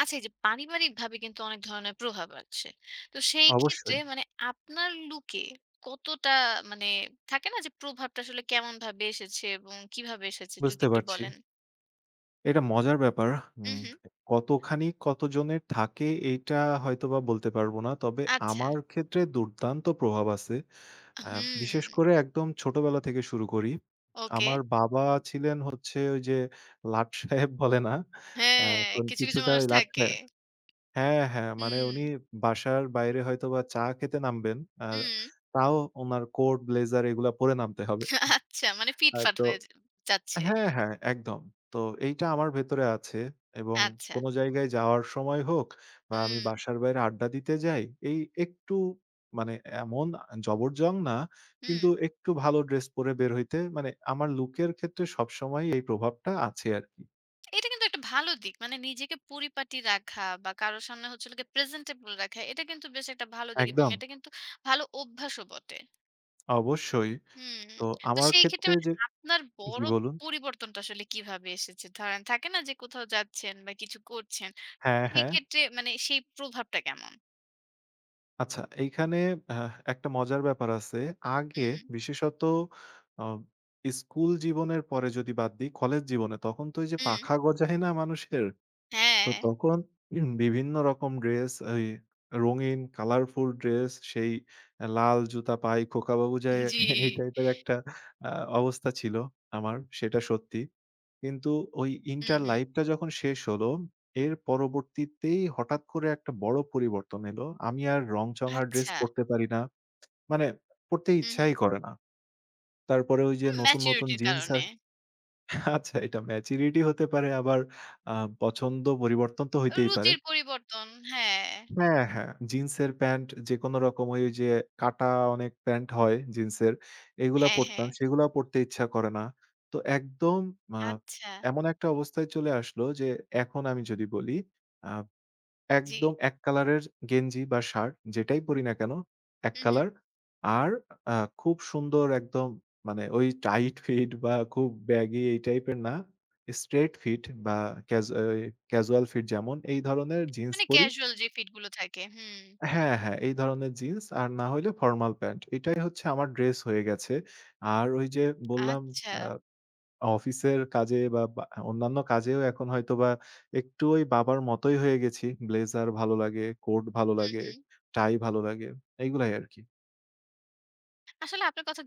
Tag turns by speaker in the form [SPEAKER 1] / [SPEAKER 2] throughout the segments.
[SPEAKER 1] আচ্ছা, এই যে পারিবারিকভাবে কিন্তু অনেক ধরনের প্রভাব আছে। তো সেই ক্ষেত্রে
[SPEAKER 2] অবশ্যই,
[SPEAKER 1] মানে আপনার লুকে কতটা মানে থাকে না যে প্রভাবটা আসলে কেমনভাবে এসেছে এবং কিভাবে এসেছে যদি
[SPEAKER 2] বুঝতে
[SPEAKER 1] একটু
[SPEAKER 2] পারছি।
[SPEAKER 1] বলেন?
[SPEAKER 2] এটা মজার ব্যাপার।
[SPEAKER 1] হুম,
[SPEAKER 2] উম
[SPEAKER 1] হুম।
[SPEAKER 2] কতখানি কতজনের থাকে এইটা হয়তোবা বলতে পারব না। তবে
[SPEAKER 1] আচ্ছা।
[SPEAKER 2] আমার ক্ষেত্রে দুর্দান্ত প্রভাব আছে। আ
[SPEAKER 1] হুম,
[SPEAKER 2] বিশেষ করে একদম ছোটবেলা থেকে শুরু করি।
[SPEAKER 1] ওকে।
[SPEAKER 2] আমার বাবা ছিলেন হচ্ছে ওই যে লাট সাহেব বলে না?
[SPEAKER 1] হ্যাঁ,
[SPEAKER 2] এখন
[SPEAKER 1] কিছু, কিছু
[SPEAKER 2] কিছুটা
[SPEAKER 1] মানুষ
[SPEAKER 2] ওই লাট
[SPEAKER 1] থাকে।
[SPEAKER 2] সাহেব, হ্যাঁ, হ্যাঁ। মানে
[SPEAKER 1] হুম,
[SPEAKER 2] উনি বাসার বাইরে হয়তোবা চা খেতে নামবেন। আ
[SPEAKER 1] হুম।
[SPEAKER 2] তাও উনার কোট, ব্লেজার এগুলা পরে নামতে হবে।
[SPEAKER 1] আচ্ছা, মানে ফিটফাট
[SPEAKER 2] তো
[SPEAKER 1] হয়ে যাচ্ছে।
[SPEAKER 2] হ্যাঁ, হ্যাঁ, একদম। তো এইটা আমার ভেতরে আছে এবং
[SPEAKER 1] আচ্ছা।
[SPEAKER 2] কোন জায়গায় যাওয়ার সময় হোক বা আমি
[SPEAKER 1] হুম,
[SPEAKER 2] বাসার বাইরে আড্ডা দিতে যাই, এই একটু মানে এমন জবরজং না,
[SPEAKER 1] হুম।
[SPEAKER 2] কিন্তু একটু ভালো ড্রেস পরে বের হইতে মানে আমার লুকের ক্ষেত্রে সবসময়ই এই প্রভাবটা আছে আরকি।
[SPEAKER 1] এটা কিন্তু একটা ভালো দিক। মানে নিজেকে পরিপাটি রাখা বা কারো সামনে হচ্ছে হলো গিয়ে প্রেজেন্টেবল রাখা। এটা কিন্তু বেশ একটা ভালো দিক এবং
[SPEAKER 2] একদম,
[SPEAKER 1] এটা কিন্তু ভালো অভ্যাসও বটে।
[SPEAKER 2] অবশ্যই।
[SPEAKER 1] হুম।
[SPEAKER 2] তো
[SPEAKER 1] তো
[SPEAKER 2] আমার
[SPEAKER 1] সেই ক্ষেত্রে
[SPEAKER 2] ক্ষেত্রে
[SPEAKER 1] মানে
[SPEAKER 2] যে,
[SPEAKER 1] আপনার
[SPEAKER 2] জি
[SPEAKER 1] বড়
[SPEAKER 2] বলুন।
[SPEAKER 1] পরিবর্তনটা আসলে কিভাবে এসেছে? ধরেন থাকে না যে কোথাও যাচ্ছেন বা কিছু করছেন।
[SPEAKER 2] হ্যাঁ,
[SPEAKER 1] সেই
[SPEAKER 2] হ্যাঁ।
[SPEAKER 1] ক্ষেত্রে মানে সেই প্রভাবটা কেমন?
[SPEAKER 2] আচ্ছা, এইখানে একটা মজার ব্যাপার আছে। আগে
[SPEAKER 1] হুম,
[SPEAKER 2] বিশেষত অ স্কুল জীবনের পরে যদি বাদ দিই, কলেজ জীবনে তখন তো ওই যে
[SPEAKER 1] হুম।
[SPEAKER 2] পাখা গজায় না মানুষের?
[SPEAKER 1] হ্যাঁ।
[SPEAKER 2] তো তখন বিভিন্ন রকম ড্রেস, ওই রঙিন কালারফুল ড্রেস, সেই লাল জুতা পায়ে খোকাবাবু যায়,
[SPEAKER 1] জি।
[SPEAKER 2] এই টাইপের একটা আ অবস্থা ছিল আমার, সেটা সত্যি। কিন্তু ওই
[SPEAKER 1] হুম,
[SPEAKER 2] ইন্টার
[SPEAKER 1] হুম।
[SPEAKER 2] লাইফটা যখন শেষ হলো, এর পরবর্তীতেই হঠাৎ করে একটা বড় পরিবর্তন এলো। আমি আর রংচঙা ড্রেস
[SPEAKER 1] আচ্ছা।
[SPEAKER 2] পরতে পারি না। মানে পরতে
[SPEAKER 1] হুম, হুম।
[SPEAKER 2] ইচ্ছাই করে না। তারপরে ওই যে নতুন, নতুন
[SPEAKER 1] ম্যাচুরিটির
[SPEAKER 2] জিন্স আস
[SPEAKER 1] কারণে।
[SPEAKER 2] আচ্ছা এটা ম্যাচুরিটি হতে পারে আবার আ পছন্দ পরিবর্তন তো হইতেই পারে।
[SPEAKER 1] রুচির পরিবর্তন। হ্যাঁ।
[SPEAKER 2] হ্যাঁ, হ্যাঁ। জিন্সের প্যান্ট যেকোনো রকম ওই যে কাটা অনেক প্যান্ট হয় জিন্সের, এগুলা
[SPEAKER 1] হ্যাঁ, হ্যাঁ।
[SPEAKER 2] পড়তাম। সেগুলাও পড়তে ইচ্ছা করে না। তো একদম আ
[SPEAKER 1] আচ্ছা।
[SPEAKER 2] এমন একটা অবস্থায় চলে আসলো যে এখন আমি যদি বলি, আ
[SPEAKER 1] জি।
[SPEAKER 2] একদম এক কালারের গেঞ্জি বা শার্ট যেটাই পড়ি না কেন, এক
[SPEAKER 1] হুম, হুম।
[SPEAKER 2] কালার। আর আ খুব সুন্দর একদম, মানে ওই টাইট ফিট বা খুব ব্যাগি এই টাইপের না। স্ট্রেইট ফিট বা ক্যাজ এই ক্যাজুয়াল ফিট যেমন এই ধরনের জিন্স
[SPEAKER 1] মানে
[SPEAKER 2] পরি।
[SPEAKER 1] ক্যাজুয়াল যে ফিট গুলো থাকে। হুম।
[SPEAKER 2] হ্যাঁ, হ্যাঁ। এই ধরনের জিন্স আর না হইলে ফরমাল প্যান্ট। এটাই হচ্ছে আমার ড্রেস হয়ে গেছে। আর ওই যে বললাম,
[SPEAKER 1] আচ্ছা।
[SPEAKER 2] আ অফিসের কাজে বা বা অন্যান্য কাজেও এখন হয়তোবা একটু ওই বাবার মতোই হয়ে গেছি। ব্লেজার ভালো লাগে, কোট ভালো
[SPEAKER 1] হুম,
[SPEAKER 2] লাগে,
[SPEAKER 1] হুম।
[SPEAKER 2] টাই ভালো লাগে। এগুলাই আরকি।
[SPEAKER 1] আসলে আপনার কথা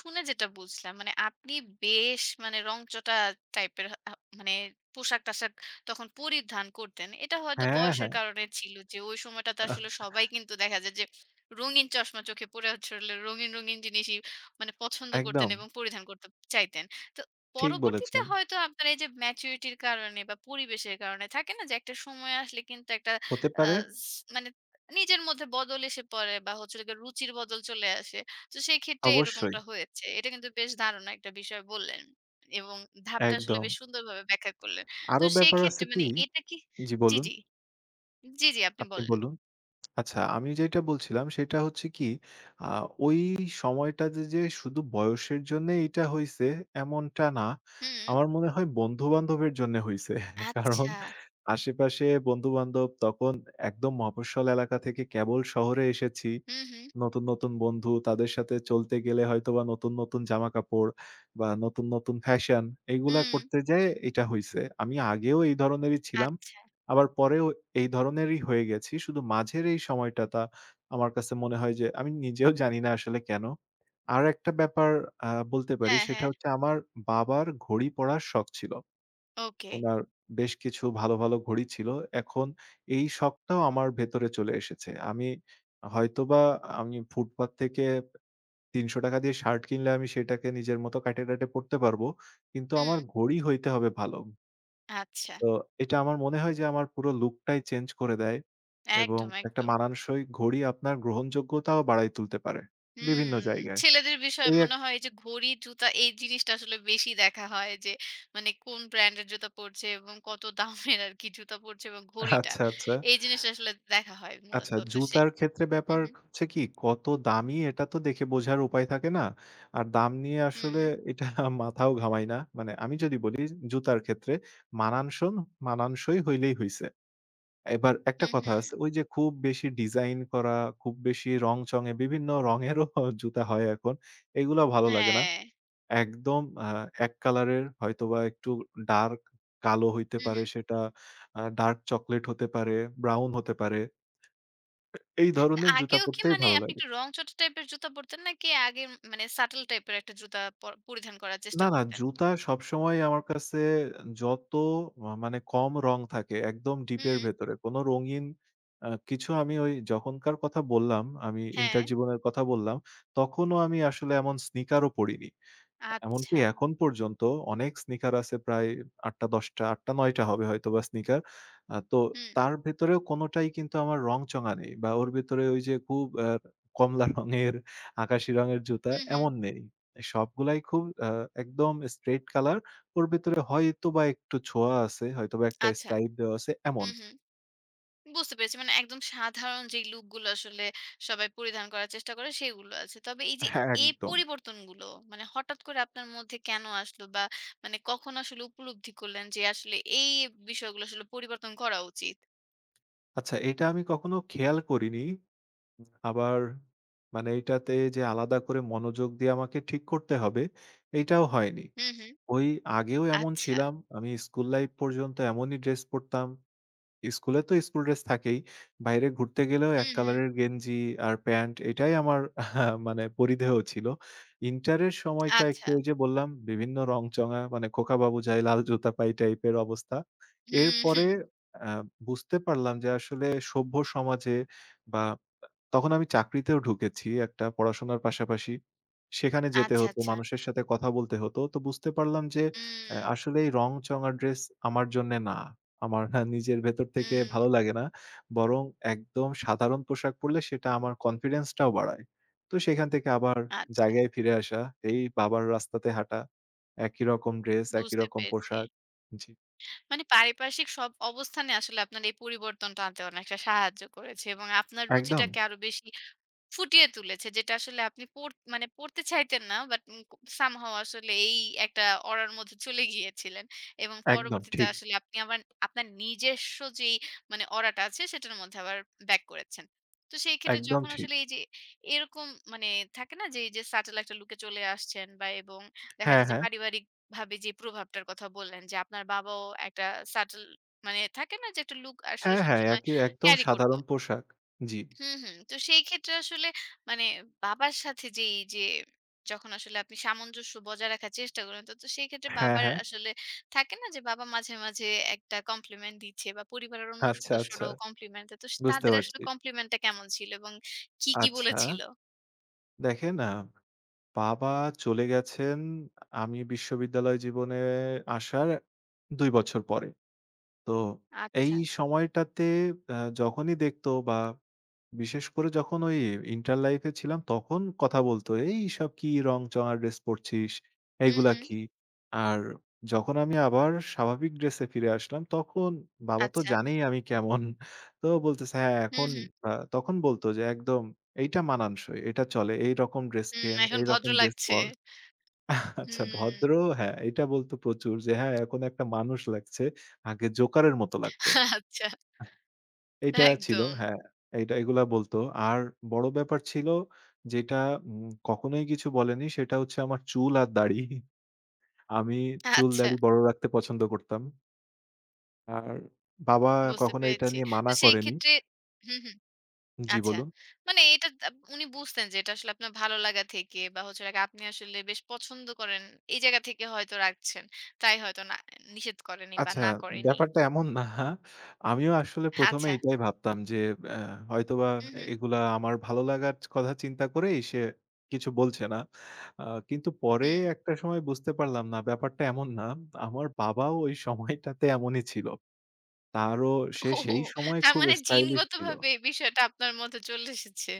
[SPEAKER 1] শুনে যেটা বুঝলাম মানে আপনি বেশ মানে রংচটা টাইপের মানে পোশাক-আশাক তখন পরিধান করতেন। এটা হয়তো
[SPEAKER 2] হ্যাঁ,
[SPEAKER 1] বয়সের
[SPEAKER 2] হ্যাঁ।
[SPEAKER 1] কারণে ছিল যে ওই সময়টাতে
[SPEAKER 2] আহ
[SPEAKER 1] আসলে সবাই কিন্তু দেখা যায় যে রঙিন চশমা চোখে পড়ে আসলে রঙিন, রঙিন জিনিসই মানে পছন্দ করতেন
[SPEAKER 2] একদম।
[SPEAKER 1] এবং পরিধান করতে চাইতেন। তো
[SPEAKER 2] ঠিক
[SPEAKER 1] পরবর্তীতে
[SPEAKER 2] বলেছেন।
[SPEAKER 1] হয়তো আপনার এই যে ম্যাচুরিটির কারণে বা পরিবেশের কারণে থাকে না যে একটা সময় আসলে কিন্তু একটা
[SPEAKER 2] হতে
[SPEAKER 1] আ
[SPEAKER 2] পারে।
[SPEAKER 1] স মানে নিজের মধ্যে বদল এসে পড়ে বা হচ্ছে হলো গিয়ে রুচির বদল চলে আসে। তো সেই ক্ষেত্রে
[SPEAKER 2] অবশ্যই।
[SPEAKER 1] এরকমটা হয়েছে। এটা কিন্তু বেশ দারুণ একটা বিষয় বললেন। এবং ধাপটা আসলে
[SPEAKER 2] একদম।
[SPEAKER 1] বেশ সুন্দরভাবে ব্যাখ্যা করলেন। তো
[SPEAKER 2] আরো
[SPEAKER 1] সেই
[SPEAKER 2] ব্যাপার
[SPEAKER 1] ক্ষেত্রে
[SPEAKER 2] আছে
[SPEAKER 1] মানে
[SPEAKER 2] কি,
[SPEAKER 1] এটা কি
[SPEAKER 2] জি
[SPEAKER 1] জি,
[SPEAKER 2] বলুন।
[SPEAKER 1] জি। জি, জি আপনি
[SPEAKER 2] আপনি
[SPEAKER 1] বললেন।
[SPEAKER 2] বলুন। আচ্ছা, আমি যেটা বলছিলাম সেটা হচ্ছে কি, আ ওই সময়টাতে যে শুধু বয়সের জন্যে এইটা হইছে এমনটা না।
[SPEAKER 1] হুম।
[SPEAKER 2] আমার মনে হয় বন্ধু-বান্ধবের জন্যে হইছে। কারণ
[SPEAKER 1] আচ্ছা।
[SPEAKER 2] আশেপাশে বন্ধু-বান্ধব তখন, একদম মফস্বল এলাকা থেকে কেবল শহরে এসেছি।
[SPEAKER 1] হুম, হুম,
[SPEAKER 2] নতুন, নতুন বন্ধু তাদের সাথে চলতে গেলে হয়তোবা নতুন, নতুন জামাকাপড় বা নতুন, নতুন ফ্যাশন, এগুলা
[SPEAKER 1] হুম।
[SPEAKER 2] করতে যেয়ে এটা হইছে। আমি আগেও এই ধরনেরই ছিলাম।
[SPEAKER 1] আচ্ছা।
[SPEAKER 2] আবার পরেও এই ধরনেরই হয়ে গেছি। শুধু মাঝের এই সময়টাতা আমার কাছে মনে হয় যে আমি নিজেও জানি না আসলে কেন? আর একটা ব্যাপার বলতে পারি,
[SPEAKER 1] হ্যাঁ, হ্যাঁ।
[SPEAKER 2] সেটা হচ্ছে আমার বাবার ঘড়ি পরার শখ ছিল।
[SPEAKER 1] ওকে।
[SPEAKER 2] উনার বেশ কিছু ভালো, ভালো ঘড়ি ছিল। এখন এই শখটাও আমার ভেতরে চলে এসেছে। হয়তোবা আমি ফুটপাত থেকে ৳৩০০ দিয়ে শার্ট কিনলে আমি সেটাকে নিজের মতো কাইটে, টাইটে পড়তে পারবো। কিন্তু
[SPEAKER 1] হুম।
[SPEAKER 2] আমার ঘড়ি হইতে হবে ভালো।
[SPEAKER 1] আচ্ছা।
[SPEAKER 2] তো এটা আমার মনে হয় যে আমার পুরো লুকটাই চেঞ্জ করে দেয় এবং
[SPEAKER 1] একদম,
[SPEAKER 2] একটা
[SPEAKER 1] একদম।
[SPEAKER 2] মানানসই ঘড়ি আপনার গ্রহণযোগ্যতাও বাড়ায় তুলতে পারে
[SPEAKER 1] হুম,
[SPEAKER 2] বিভিন্ন জায়গায়।
[SPEAKER 1] ছেলেদের বিষয়ে
[SPEAKER 2] এই এক
[SPEAKER 1] মনে হয় যে ঘড়ি, জুতা এই জিনিসটা আসলে বেশি দেখা হয় যে মানে কোন ব্র্যান্ডের জুতা পরছে এবং কত দামের আরকি জুতা পরছে এবং ঘড়িটা।
[SPEAKER 2] আচ্ছা, আচ্ছা।
[SPEAKER 1] এই জিনিসটা আসলে দেখা হয় মূলত।
[SPEAKER 2] আচ্ছা,
[SPEAKER 1] তো সে
[SPEAKER 2] জুতার ক্ষেত্রে ব্যাপার
[SPEAKER 1] হুম,
[SPEAKER 2] হচ্ছে কি, কত দামি এটা তো দেখে বোঝার উপায় থাকে না। আর দাম নিয়ে
[SPEAKER 1] হুম,
[SPEAKER 2] আসলে
[SPEAKER 1] হুম,
[SPEAKER 2] এটা মাথাও ঘামাই না। মানে আমি যদি বলি জুতার ক্ষেত্রে মানানসন মানানসই হইলেই হইছে। এবার একটা
[SPEAKER 1] হুম, হুম,
[SPEAKER 2] কথা
[SPEAKER 1] হুম।
[SPEAKER 2] আছে, ওই যে খুব বেশি ডিজাইন করা, খুব বেশি রং-চঙে বিভিন্ন রঙেরও জুতা হয় এখন। এগুলা ভালো লাগে না।
[SPEAKER 1] হ্যাঁ।
[SPEAKER 2] একদম এক কালারের, হয়তোবা একটু ডার্ক কালো হইতে
[SPEAKER 1] হুম,
[SPEAKER 2] পারে
[SPEAKER 1] হুম।
[SPEAKER 2] সেটা, ডার্ক চকোলেট হতে পারে, ব্রাউন হতে পারে। এই ধরনের জুতা
[SPEAKER 1] আগেও কি
[SPEAKER 2] পরতেই
[SPEAKER 1] মানে
[SPEAKER 2] ভালো
[SPEAKER 1] আপনি
[SPEAKER 2] লাগে।
[SPEAKER 1] একটু রংচটা টাইপের জুতা পরতেন নাকি আগে মানে সাটল টাইপের একটা জুতা পরিধান করার চেষ্টা
[SPEAKER 2] না, না
[SPEAKER 1] করতেন?
[SPEAKER 2] জুতা সবসময় আমার কাছে যত মানে কম রং থাকে একদম ডিপের
[SPEAKER 1] হুম,
[SPEAKER 2] ভেতরে কোনো রঙিন কিছু, আমি ওই যখনকার কথা বললাম, আমি
[SPEAKER 1] হ্যাঁ।
[SPEAKER 2] ইন্টার জীবনের কথা বললাম, তখনও আমি আসলে এমন স্নিকারও পড়িনি। এমনকি
[SPEAKER 1] আচ্ছা।
[SPEAKER 2] এখন পর্যন্ত অনেক স্নিকার আছে প্রায় ৮টা ১০টা ৮টা ৯ টা হবে হয়তোবা স্নিকার। তো
[SPEAKER 1] হুম,
[SPEAKER 2] তার ভেতরেও কোনটাই কিন্তু আমার রংচঙা নেই বা ওর ভেতরে ওই যে খুব কমলা রঙের, আকাশি রঙের জুতা
[SPEAKER 1] হুম, হুম।
[SPEAKER 2] এমন নেই। সবগুলাই খুব একদম স্ট্রেইট কালার। ওর ভেতরে হয়তোবা একটু ছোঁয়া আছে, হয়তোবা একটা
[SPEAKER 1] আচ্ছা।
[SPEAKER 2] স্ট্রাইপ দেওয়া আছে এমন,
[SPEAKER 1] হুম, হুম। বুঝতে পেরেছি। মানে একদম সাধারণ যেই লুকগুলো আসলে সবাই পরিধান করার চেষ্টা করে সেগুলো আছে। তবে এই যে
[SPEAKER 2] হ্যাঁ,
[SPEAKER 1] এই
[SPEAKER 2] একদম।
[SPEAKER 1] পরিবর্তনগুলো মানে হঠাৎ করে আপনার মধ্যে কেন আসলো? বা মানে কখন আসলে উপলব্ধি করলেন যে আসলে এই বিষয়গুলো আসলে পরিবর্তন করা উচিত?
[SPEAKER 2] আচ্ছা এটা আমি কখনো খেয়াল করিনি। আবার মানে এইটাতে যে আলাদা করে মনোযোগ দিয়ে আমাকে ঠিক করতে হবে, এইটাও হয়নি।
[SPEAKER 1] হুম, হুম।
[SPEAKER 2] ওই আগেও এমন
[SPEAKER 1] আচ্ছা।
[SPEAKER 2] ছিলাম, আমি স্কুল লাইফ পর্যন্ত এমনই ড্রেস পড়তাম। স্কুলে তো স্কুল ড্রেস থাকেই। বাইরে ঘুরতে গেলেও এক
[SPEAKER 1] হুম, হুম।
[SPEAKER 2] কালারের গেঞ্জি আর প্যান্ট এটাই আমার মানে পরিধেয় ছিল। ইন্টারের সময়টা একটু
[SPEAKER 1] আচ্ছা।
[SPEAKER 2] ওই যে বললাম বিভিন্ন রংচঙা মানে খোকাবাবু যায় লাল জুতা পাই টাইপের অবস্থা।
[SPEAKER 1] হুম,
[SPEAKER 2] এরপরে
[SPEAKER 1] হুম।
[SPEAKER 2] আ বুঝতে পারলাম যে আসলে সভ্য সমাজে বা, তখন আমি চাকরিতেও ঢুকেছি একটা পড়াশোনার পাশাপাশি। সেখানে যেতে
[SPEAKER 1] আচ্ছা,
[SPEAKER 2] হতো,
[SPEAKER 1] আচ্ছা।
[SPEAKER 2] মানুষের সাথে কথা বলতে হতো। তো বুঝতে পারলাম যে এ
[SPEAKER 1] হুম,
[SPEAKER 2] আসলে এই রং-চঙা ড্রেস আমার জন্যে না। আমার না নিজের ভেতর থেকে
[SPEAKER 1] হুম।
[SPEAKER 2] ভালো লাগে না। বরং একদম সাধারণ পোশাক পরলে সেটা আমার কনফিডেন্সটাও বাড়ায়। তো সেখান থেকে আবার
[SPEAKER 1] আচ্ছা।
[SPEAKER 2] জায়গায় ফিরে আসা, এই বাবার রাস্তাতে হাঁটা, একই রকম ড্রেস, একই
[SPEAKER 1] বুঝতে
[SPEAKER 2] রকম
[SPEAKER 1] পেরেছি।
[SPEAKER 2] পোশাক। জি।
[SPEAKER 1] মানে পারিপার্শ্বিক সব অবস্থানে আসলে আপনার এই পরিবর্তনটা আনতে অনেকটা সাহায্য করেছে এবং আপনার
[SPEAKER 2] একদম,
[SPEAKER 1] রুচিটাকে আরো বেশি ফুটিয়ে তুলেছে যেটা আসলে আপনি মানে পড়তে চাইতেন না বাট সামহাও আসলে এই একটা অরার মধ্যে চলে গিয়েছিলেন এবং
[SPEAKER 2] একদম
[SPEAKER 1] পরবর্তীতে
[SPEAKER 2] ঠিক,
[SPEAKER 1] আসলে আপনি আবার আপনার নিজস্ব যেই মানে অরাটা আছে সেটার মধ্যে আবার ব্যাক করেছেন তো সেই ক্ষেত্রে
[SPEAKER 2] একদম
[SPEAKER 1] যখন
[SPEAKER 2] ঠিক।
[SPEAKER 1] আসলে এই যে এরকম মানে থাকে না যে এই যে স্যাটেল একটা লুকে চলে আসছেন বা এবং দেখা
[SPEAKER 2] হ্যাঁ,
[SPEAKER 1] যায় যে
[SPEAKER 2] হ্যাঁ।
[SPEAKER 1] পারিবারিক ভাবে যে প্রভাবটার কথা বললেন যে আপনার বাবাও একটা সাটল মানে থাকে না যে একটা লুক আসলে
[SPEAKER 2] হ্যাঁ, হ্যাঁ,
[SPEAKER 1] সবসময়
[SPEAKER 2] একই একদম
[SPEAKER 1] ক্যারি করতো।
[SPEAKER 2] সাধারণ পোশাক। জি।
[SPEAKER 1] হুম, হুম। তো সেই ক্ষেত্রে আসলে মানে বাবার সাথে যে এই যে যখন আসলে আপনি সামঞ্জস্য বজায় রাখার চেষ্টা করেন তো, তো সেই ক্ষেত্রে
[SPEAKER 2] হ্যাঁ,
[SPEAKER 1] বাবার
[SPEAKER 2] হ্যাঁ।
[SPEAKER 1] আসলে থাকে না যে বাবা মাঝে, মাঝে একটা কমপ্লিমেন্ট দিচ্ছে বা পরিবারের অন্য
[SPEAKER 2] আচ্ছা, আচ্ছা।
[SPEAKER 1] সদস্যরাও কমপ্লিমেন্ট দেয়। তো স
[SPEAKER 2] বুঝতে
[SPEAKER 1] তাদের আসলে
[SPEAKER 2] পারছি।
[SPEAKER 1] কমপ্লিমেন্টটা কেমন ছিল এবং কি, কি
[SPEAKER 2] আচ্ছা,
[SPEAKER 1] বলেছিল?
[SPEAKER 2] দেখেন বাবা চলে গেছেন আমি বিশ্ববিদ্যালয় জীবনে আসার ২ বছর পরে। তো এই
[SPEAKER 1] আচ্ছা।
[SPEAKER 2] সময়টাতে আ যখনই দেখতো বা, বিশেষ করে যখন ওই ইন্টার লাইফ এ ছিলাম তখন কথা বলতো, "এইসব কি রং-চঙা ড্রেস পড়ছিস?
[SPEAKER 1] হুম,
[SPEAKER 2] এইগুলা
[SPEAKER 1] হুম।
[SPEAKER 2] কি?" আর যখন আমি আবার স্বাভাবিক ড্রেসে ফিরে আসলাম তখন বাবা তো
[SPEAKER 1] আচ্ছা।
[SPEAKER 2] জানেই আমি কেমন। তো বলতেছে, "হ্যাঁ,
[SPEAKER 1] হুম,
[SPEAKER 2] এখন",
[SPEAKER 1] হুম।
[SPEAKER 2] তখন বলতো যে একদম, "এইটা মানানসই, এটা চলে। এইরকম ড্রেস
[SPEAKER 1] হুম,
[SPEAKER 2] কেন,
[SPEAKER 1] এখন ভদ্র
[SPEAKER 2] এইরকম ড্রেস
[SPEAKER 1] লাগছে।
[SPEAKER 2] পর।" আচ্ছা ভদ্র,
[SPEAKER 1] হুম।
[SPEAKER 2] হ্যাঁ, এটা বলতো প্রচুর যে, "হ্যাঁ, এখন একটা মানুষ লাগছে। আগে জোকারের মতো লাগতো।"
[SPEAKER 1] আচ্ছা,
[SPEAKER 2] এইটা ছিল।
[SPEAKER 1] একদম।
[SPEAKER 2] হ্যাঁ, এইটা এগুলা বলত। আর বড় ব্যাপার ছিল যেটা কখনোই কিছু বলেনি সেটা হচ্ছে আমার চুল আর দাড়ি। আমি চুল
[SPEAKER 1] আচ্ছা,
[SPEAKER 2] দাড়ি বড় রাখতে পছন্দ করতাম। আর বাবা
[SPEAKER 1] বুঝতে
[SPEAKER 2] কখনো এটা
[SPEAKER 1] পেরেছি।
[SPEAKER 2] নিয়ে
[SPEAKER 1] তো
[SPEAKER 2] মানা
[SPEAKER 1] সেই
[SPEAKER 2] করেনি।
[SPEAKER 1] ক্ষেত্রে হুম, হুম।
[SPEAKER 2] জি,
[SPEAKER 1] আচ্ছা।
[SPEAKER 2] বলুন?
[SPEAKER 1] মানে এটা উনি বুঝতেন যে এটা আসলে আপনার ভালো লাগা থেকে বা হচ্ছে হলো গিয়ে আপনি আসলে বেশ পছন্দ করেন। এই জায়গা থেকে হয়তো রাখছেন। তাই হয়তো না নিষেধ করেনি বা
[SPEAKER 2] আচ্ছা,
[SPEAKER 1] না করেনি।
[SPEAKER 2] ব্যাপারটা এমন না। আমিও আসলে ১ম এ
[SPEAKER 1] আচ্ছা।
[SPEAKER 2] এটাই ভাবতাম যে অ্যা হয়তোবা
[SPEAKER 1] হুম, হুম,
[SPEAKER 2] এগুলা আমার ভালো লাগার কথা চিন্তা করেই সে কিছু বলছে না। আ কিন্তু পরে
[SPEAKER 1] হুম।
[SPEAKER 2] একটা সময় বুঝতে পারলাম না, ব্যাপারটা এমন না। আমার বাবাও ওই সময়টাতে এমনই ছিল। তারও
[SPEAKER 1] ওহো!
[SPEAKER 2] সেই সময়
[SPEAKER 1] তার
[SPEAKER 2] খুব
[SPEAKER 1] মানে
[SPEAKER 2] স্টাইলিশ ছিল।
[SPEAKER 1] জিনগতভাবে এই বিষয়টা আপনার মধ্যে চলে এসেছে।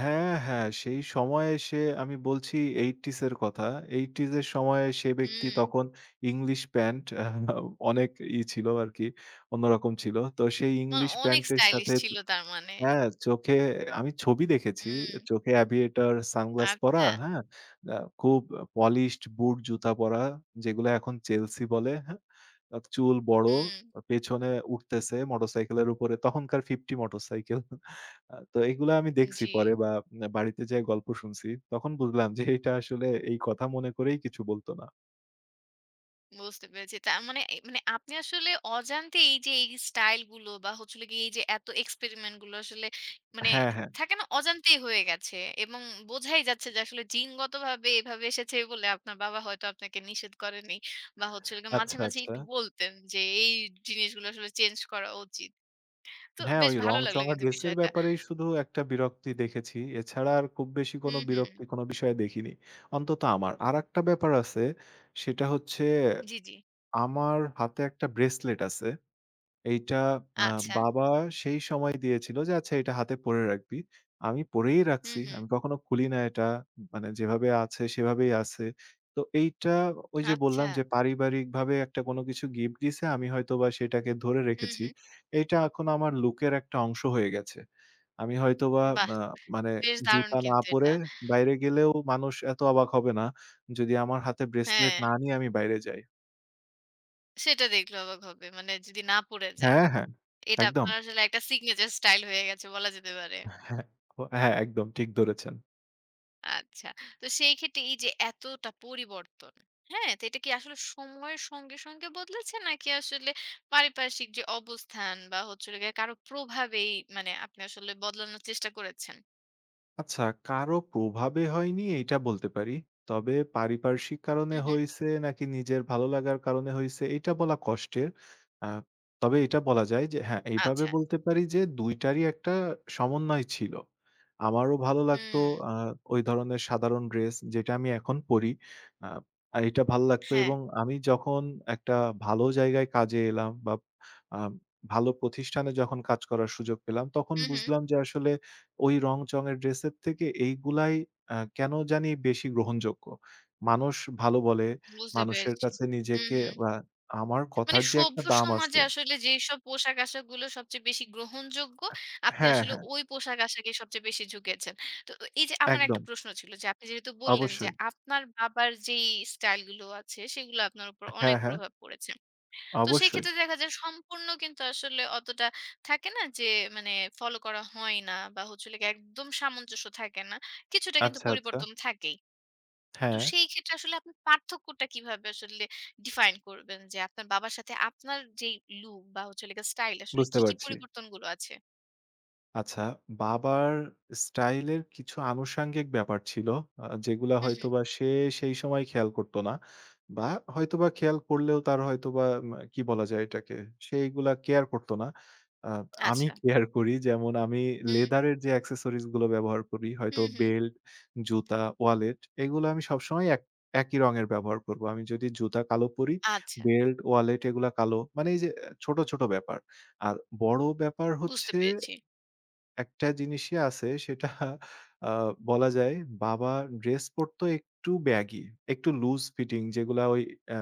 [SPEAKER 2] হ্যাঁ, হ্যাঁ, সেই সময়ে সে আমি বলছি 80s এর কথা। 80s এর সময়ে সে ব্যক্তি
[SPEAKER 1] হুম।
[SPEAKER 2] তখন ইংলিশ প্যান্ট অনেক ছিল আরকি, অন্যরকম ছিল। তো সেই
[SPEAKER 1] মানে
[SPEAKER 2] ইংলিশ
[SPEAKER 1] অনেক
[SPEAKER 2] প্যান্টের
[SPEAKER 1] স্টাইলিশ
[SPEAKER 2] সাথে,
[SPEAKER 1] ছিল তার মানে।
[SPEAKER 2] হ্যাঁ, চোখে আমি ছবি দেখেছি।
[SPEAKER 1] হুম।
[SPEAKER 2] চোখে অ্যাভিয়েটর, সানগ্লাস পরা,
[SPEAKER 1] আচ্ছা।
[SPEAKER 2] হ্যাঁ? আ খুব পলিশড বুট জুতা পরা, যেগুলো এখন চেলসি বলে, হ্যাঁ? চুল বড়,
[SPEAKER 1] হুম।
[SPEAKER 2] পেছনে উঠতেছে মোটরসাইকেলের উপরে। তখনকার 50 মোটরসাইকেল। তো এগুলা আমি দেখছি
[SPEAKER 1] জি।
[SPEAKER 2] পরে বা বাড়িতে যেয়ে গল্প শুনছি। তখন বুঝলাম যে এটা আসলে এই কথা মনে করেই কিছু বলত না।
[SPEAKER 1] বুঝতে পেরেছি। তার মানে এ মানে আপনি আসলে অজান্তে এই যে এই স্টাইল গুলো বা হচ্ছে হলো গিয়ে এই যে এত এক্সপেরিমেন্ট গুলো আসলে মানে
[SPEAKER 2] হ্যাঁ, হ্যাঁ।
[SPEAKER 1] থাকে না? অজান্তেই হয়ে গেছে এবং বোঝাই যাচ্ছে যে আসলে জিনগতভাবে এভাবে এসেছে বলে আপনার বাবা হয়তো আপনাকে নিষেধ করেনি বা হচ্ছে হলো গিয়ে মাঝে,
[SPEAKER 2] আচ্ছা,
[SPEAKER 1] মাঝে
[SPEAKER 2] আচ্ছা।
[SPEAKER 1] একটু বলতেন যে এই জিনিসগুলো আসলে চেঞ্জ করা উচিত। তো
[SPEAKER 2] হ্যাঁ,
[SPEAKER 1] বেশ
[SPEAKER 2] ওই
[SPEAKER 1] ভালো লাগলো
[SPEAKER 2] রংচঙা
[SPEAKER 1] কিন্তু
[SPEAKER 2] ড্রেসের
[SPEAKER 1] বিষয়টা।
[SPEAKER 2] ব্যাপারেই শুধু একটা বিরক্তি দেখেছি। এছাড়া আর খুব বেশি কোনো
[SPEAKER 1] হুম, হুম।
[SPEAKER 2] বিরক্তি কোনো বিষয়ে দেখিনি। অন্তত আমার। আরেকটা ব্যাপার আছে, সেটা হচ্ছে
[SPEAKER 1] জি, জি।
[SPEAKER 2] আমার হাতে একটা ব্রেসলেট আছে। এইটা আ
[SPEAKER 1] আচ্ছা।
[SPEAKER 2] বাবা সেই সময় দিয়েছিল যে, "আচ্ছা এটা হাতে পড়ে রাখবি।" আমি পড়েই
[SPEAKER 1] হুম,
[SPEAKER 2] রাখছি।
[SPEAKER 1] হুম।
[SPEAKER 2] আমি কখনো খুলি না এটা। মানে যেভাবে আছে সেভাবেই আছে। তো এইটা ওই যে
[SPEAKER 1] আচ্ছা।
[SPEAKER 2] বললাম যে পারিবারিকভাবে একটা কোনো কিছু গিফট দিছে, আমি হয়তোবা সেটাকে ধরে
[SPEAKER 1] হুম,
[SPEAKER 2] রেখেছি।
[SPEAKER 1] হুম।
[SPEAKER 2] এইটা এখন আমার লুকের একটা অংশ হয়ে গেছে। আমি হয়তোবা
[SPEAKER 1] বাহ!
[SPEAKER 2] আ মানে
[SPEAKER 1] বেশ দারুণ
[SPEAKER 2] জুতা না
[SPEAKER 1] কিন্তু
[SPEAKER 2] পরে
[SPEAKER 1] এটা।
[SPEAKER 2] বাইরে গেলেও মানুষ এত অবাক হবে না, যদি আমার হাতে ব্রেসলেট
[SPEAKER 1] হ্যাঁ।
[SPEAKER 2] না নিয়ে আমি বাইরে যাই।
[SPEAKER 1] সেটা দেখলে অবাক হবে। মানে যদি না পড়ে যান।
[SPEAKER 2] হ্যাঁ, হ্যাঁ,
[SPEAKER 1] এটা
[SPEAKER 2] একদম।
[SPEAKER 1] আপনার আসলে একটা সিগনেচার স্টাইল হয়ে গেছে বলা যেতে পারে।
[SPEAKER 2] হ্যাঁ, ও হ্যাঁ, একদম ঠিক ধরেছেন।
[SPEAKER 1] আচ্ছা। তো সেই ক্ষেত্রে এই যে এতটা পরিবর্তন, হ্যাঁ? তো এটা কি আসলে সময়ের সঙ্গে, সঙ্গে বদলেছে নাকি আসলে পারিপার্শ্বিক যে অবস্থান বা হচ্ছে হলো গিয়ে কারো প্রভাবেই মানে আপনি আসলে বদলানোর চেষ্টা করেছেন?
[SPEAKER 2] আচ্ছা, কারো প্রভাবে হয়নি এইটা বলতে পারি। তবে পারিপার্শ্বিক কারণে
[SPEAKER 1] হুম, হুম।
[SPEAKER 2] হইছে নাকি নিজের ভালো লাগার কারণে হইছে এইটা বলা কষ্টের। আ তবে এটা বলা যায় যে হ্যাঁ, এইভাবে
[SPEAKER 1] আচ্ছা।
[SPEAKER 2] বলতে পারি যে ২ টারই একটা সমন্বয় ছিল। আমারও ভালো লাগতো
[SPEAKER 1] হুম।
[SPEAKER 2] আ ওই ধরনের সাধারণ ড্রেস যেটা আমি এখন পড়ি। আ এইটা ভাল লাগতো
[SPEAKER 1] হ্যাঁ।
[SPEAKER 2] এবং আমি যখন একটা ভালো জায়গায় কাজে এলাম বা, আ ভালো প্রতিষ্ঠানে যখন কাজ করার সুযোগ পেলাম তখন
[SPEAKER 1] হুম, হুম।
[SPEAKER 2] বুঝলাম যে আসলে ওই রং-চঙের ড্রেসের থেকে এইগুলাই কেন জানি বেশি গ্রহণযোগ্য। মানুষ ভালো বলে,
[SPEAKER 1] বুঝতে
[SPEAKER 2] মানুষের
[SPEAKER 1] পেরেছি।
[SPEAKER 2] কাছে
[SPEAKER 1] হুম,
[SPEAKER 2] নিজেকে
[SPEAKER 1] হুম।
[SPEAKER 2] বা আমার
[SPEAKER 1] মানে
[SPEAKER 2] কথার যে
[SPEAKER 1] সভ্য
[SPEAKER 2] একটা দাম
[SPEAKER 1] সমাজে
[SPEAKER 2] আছে।
[SPEAKER 1] আসলে যেইসব পোশাক-আশাক গুলো সবচেয়ে বেশি গ্রহণযোগ্য, আপনি
[SPEAKER 2] হ্যাঁ,
[SPEAKER 1] আসলে
[SPEAKER 2] হ্যাঁ,
[SPEAKER 1] ওই পোশাক-আশাকেই সবচেয়ে বেশি ঝুঁকেছেন। তো এই যে আমার একটা
[SPEAKER 2] একদম।
[SPEAKER 1] প্রশ্ন ছিল যে আপনি যেহেতু বললেন যে
[SPEAKER 2] অবশ্যই।
[SPEAKER 1] আপনার বাবার যেই স্টাইল গুলো আছে সেগুলো আপনার উপর অনেক
[SPEAKER 2] হ্যাঁ, হ্যাঁ,
[SPEAKER 1] প্রভাব পড়েছে। তো সেই
[SPEAKER 2] অবশ্যই।
[SPEAKER 1] ক্ষেত্রে দেখা যায় সম্পূর্ণ কিন্তু আসলে অতটা থাকে না যে মানে ফলো করা হয় না বা হচ্ছে হলো গিয়ে একদম সামঞ্জস্য থাকে না। কিছুটা কিন্তু
[SPEAKER 2] আচ্ছা, আচ্ছা।
[SPEAKER 1] পরিবর্তন থাকেই। তো
[SPEAKER 2] হ্যাঁ,
[SPEAKER 1] সেই ক্ষেত্রে আসলে আপনি পার্থক্যটা কিভাবে আসলে ডিফাইন করবেন? যে আপনার বাবার সাথে আপনার যেই লুক বা হচ্ছে হলো গিয়ে স্টাইল আসলে
[SPEAKER 2] বুঝতে
[SPEAKER 1] কি, কি
[SPEAKER 2] পারছি।
[SPEAKER 1] পরিবর্তনগুলো আছে?
[SPEAKER 2] আচ্ছা, বাবার স্টাইলের কিছু আনুষঙ্গিক ব্যাপার ছিল। যেগুলা
[SPEAKER 1] হুম, হুম।
[SPEAKER 2] হয়তোবা সে সেই সময় খেয়াল করত না। বা হয়তোবা খেয়াল করলেও তার হয়তোবা কি বলা যায় এটাকে? সে এগুলা কেয়ার করত না। আ আমি
[SPEAKER 1] আচ্ছা।
[SPEAKER 2] কেয়ার করি। যেমন আমি
[SPEAKER 1] হুম,
[SPEAKER 2] লেদারের যে অ্যাক্সেসরিজ গুলো ব্যবহার করি, হয়তো
[SPEAKER 1] হুম, হুম।
[SPEAKER 2] বেল্ট, জুতা, ওয়ালেট এগুলো আমি সবসময় একই রঙের ব্যবহার করব। আমি যদি জুতা কালো পরি,
[SPEAKER 1] আচ্ছা,
[SPEAKER 2] বেল্ট, ওয়ালেট এগুলা কালো। মানে এই যে আহ, ছোট, ছোট ব্যাপার। আর বড় ব্যাপার
[SPEAKER 1] বুঝতে
[SPEAKER 2] হচ্ছে
[SPEAKER 1] পেরেছি।
[SPEAKER 2] একটা জিনিসই আছে সেটা আ বলা যায় বাবা ড্রেস পড়তো একটু ব্যাগি, একটু লুজ ফিটিং যেগুলা ওই অ্যা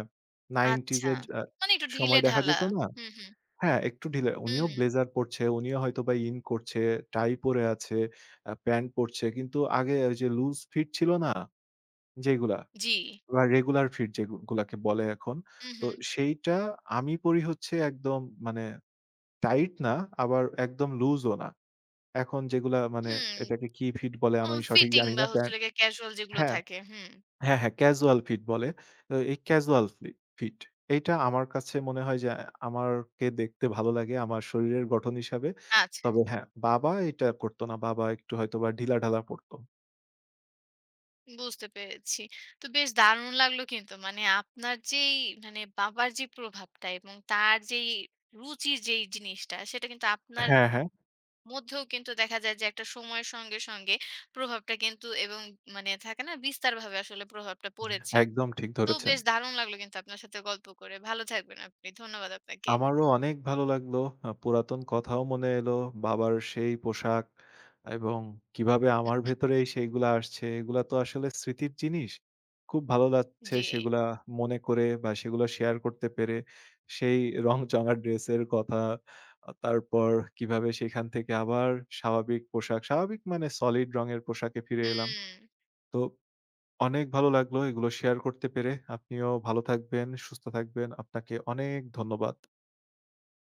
[SPEAKER 2] 90s
[SPEAKER 1] আচ্ছা।
[SPEAKER 2] এর
[SPEAKER 1] মানে একটু
[SPEAKER 2] সময় দেখা
[SPEAKER 1] ঢিলেঢালা।
[SPEAKER 2] যেত না?
[SPEAKER 1] হুম, হুম।
[SPEAKER 2] হ্যাঁ, একটু ঢিলা।
[SPEAKER 1] হুম,
[SPEAKER 2] উনিও
[SPEAKER 1] হুম।
[SPEAKER 2] ব্লেজার পড়ছে, উনিও হয়তোবা ইন করছে, টাই পরে আছে, প্যান্ট পড়ছে। কিন্তু আগে ওই যে লুজ ফিট ছিল না? যেগুলা
[SPEAKER 1] জি।
[SPEAKER 2] বা রেগুলার ফিট যেগুলাকে বলে এখন।
[SPEAKER 1] হুম,
[SPEAKER 2] তো
[SPEAKER 1] হুম।
[SPEAKER 2] সেইটা আমি পড়ি হচ্ছে একদম মানে টাইট না, আবার একদম লুজও না। এখন যেগুলা মানে
[SPEAKER 1] হুম।
[SPEAKER 2] এটাকে কি ফিট বলে
[SPEAKER 1] ও
[SPEAKER 2] আমি সঠিক
[SPEAKER 1] ফিটিং
[SPEAKER 2] জানি
[SPEAKER 1] বা
[SPEAKER 2] না।
[SPEAKER 1] হচ্ছে
[SPEAKER 2] প্যান্ট
[SPEAKER 1] হলো গিয়ে ক্যাজুয়াল যেগুলো
[SPEAKER 2] হ্যাঁ,
[SPEAKER 1] থাকে। হুম।
[SPEAKER 2] হ্যাঁ, হ্যাঁ, ক্যাজুয়াল ফিট বলে। তো এই ক্যাজুয়াল ফি ফিট এইটা আমার কাছে মনে হয় যে আমারকে দেখতে ভালো লাগে আমার শরীরের গঠন হিসাবে।
[SPEAKER 1] আচ্ছা।
[SPEAKER 2] তবে হ্যাঁ, বাবা এটা করত না। বাবা একটু হয়তোবা ঢিলাঢালা পড়ত।
[SPEAKER 1] বুঝতে পেরেছি। তো বেশ দারুণ লাগলো কিন্তু। মানে আপনার যেই মানে বাবার যে প্রভাবটা এবং তার যেই রুচির যেই জিনিসটা সেটা কিন্তু আপনার
[SPEAKER 2] হ্যাঁ, হ্যাঁ,
[SPEAKER 1] মধ্যেও কিন্তু দেখা যায় যে একটা সময়ের সঙ্গে, সঙ্গে প্রভাবটা কিন্তু এবং মানে থাকে না বিস্তারভাবে আসলে প্রভাবটা পড়েছে।
[SPEAKER 2] একদম ঠিক
[SPEAKER 1] তো
[SPEAKER 2] ধরেছেন।
[SPEAKER 1] বেশ দারুণ লাগলো কিন্তু আপনার সাথে গল্প করে। ভালো থাকবেন আপনি। ধন্যবাদ আপনাকে।
[SPEAKER 2] আমারও অনেক ভালো লাগলো। পুরাতন কথাও মনে এলো। বাবার সেই পোশাক এবং কিভাবে আমার ভেতরে সেইগুলা আসছে। এগুলা তো আসলে স্মৃতির জিনিস। খুব ভালো লাগছে
[SPEAKER 1] জি।
[SPEAKER 2] সেগুলা মনে করে বা সেগুলা শেয়ার করতে পেরে। সেই রংচঙা ড্রেসের কথা, তারপর কিভাবে সেখান থেকে আবার স্বাভাবিক পোশাক, স্বাভাবিক মানে সলিড রঙের পোশাকে ফিরে এলাম।
[SPEAKER 1] হুম।
[SPEAKER 2] তো অনেক ভালো লাগলো এগুলো শেয়ার করতে পেরে। আপনিও ভালো থাকবেন, সুস্থ থাকবেন। আপনাকে অনেক ধন্যবাদ।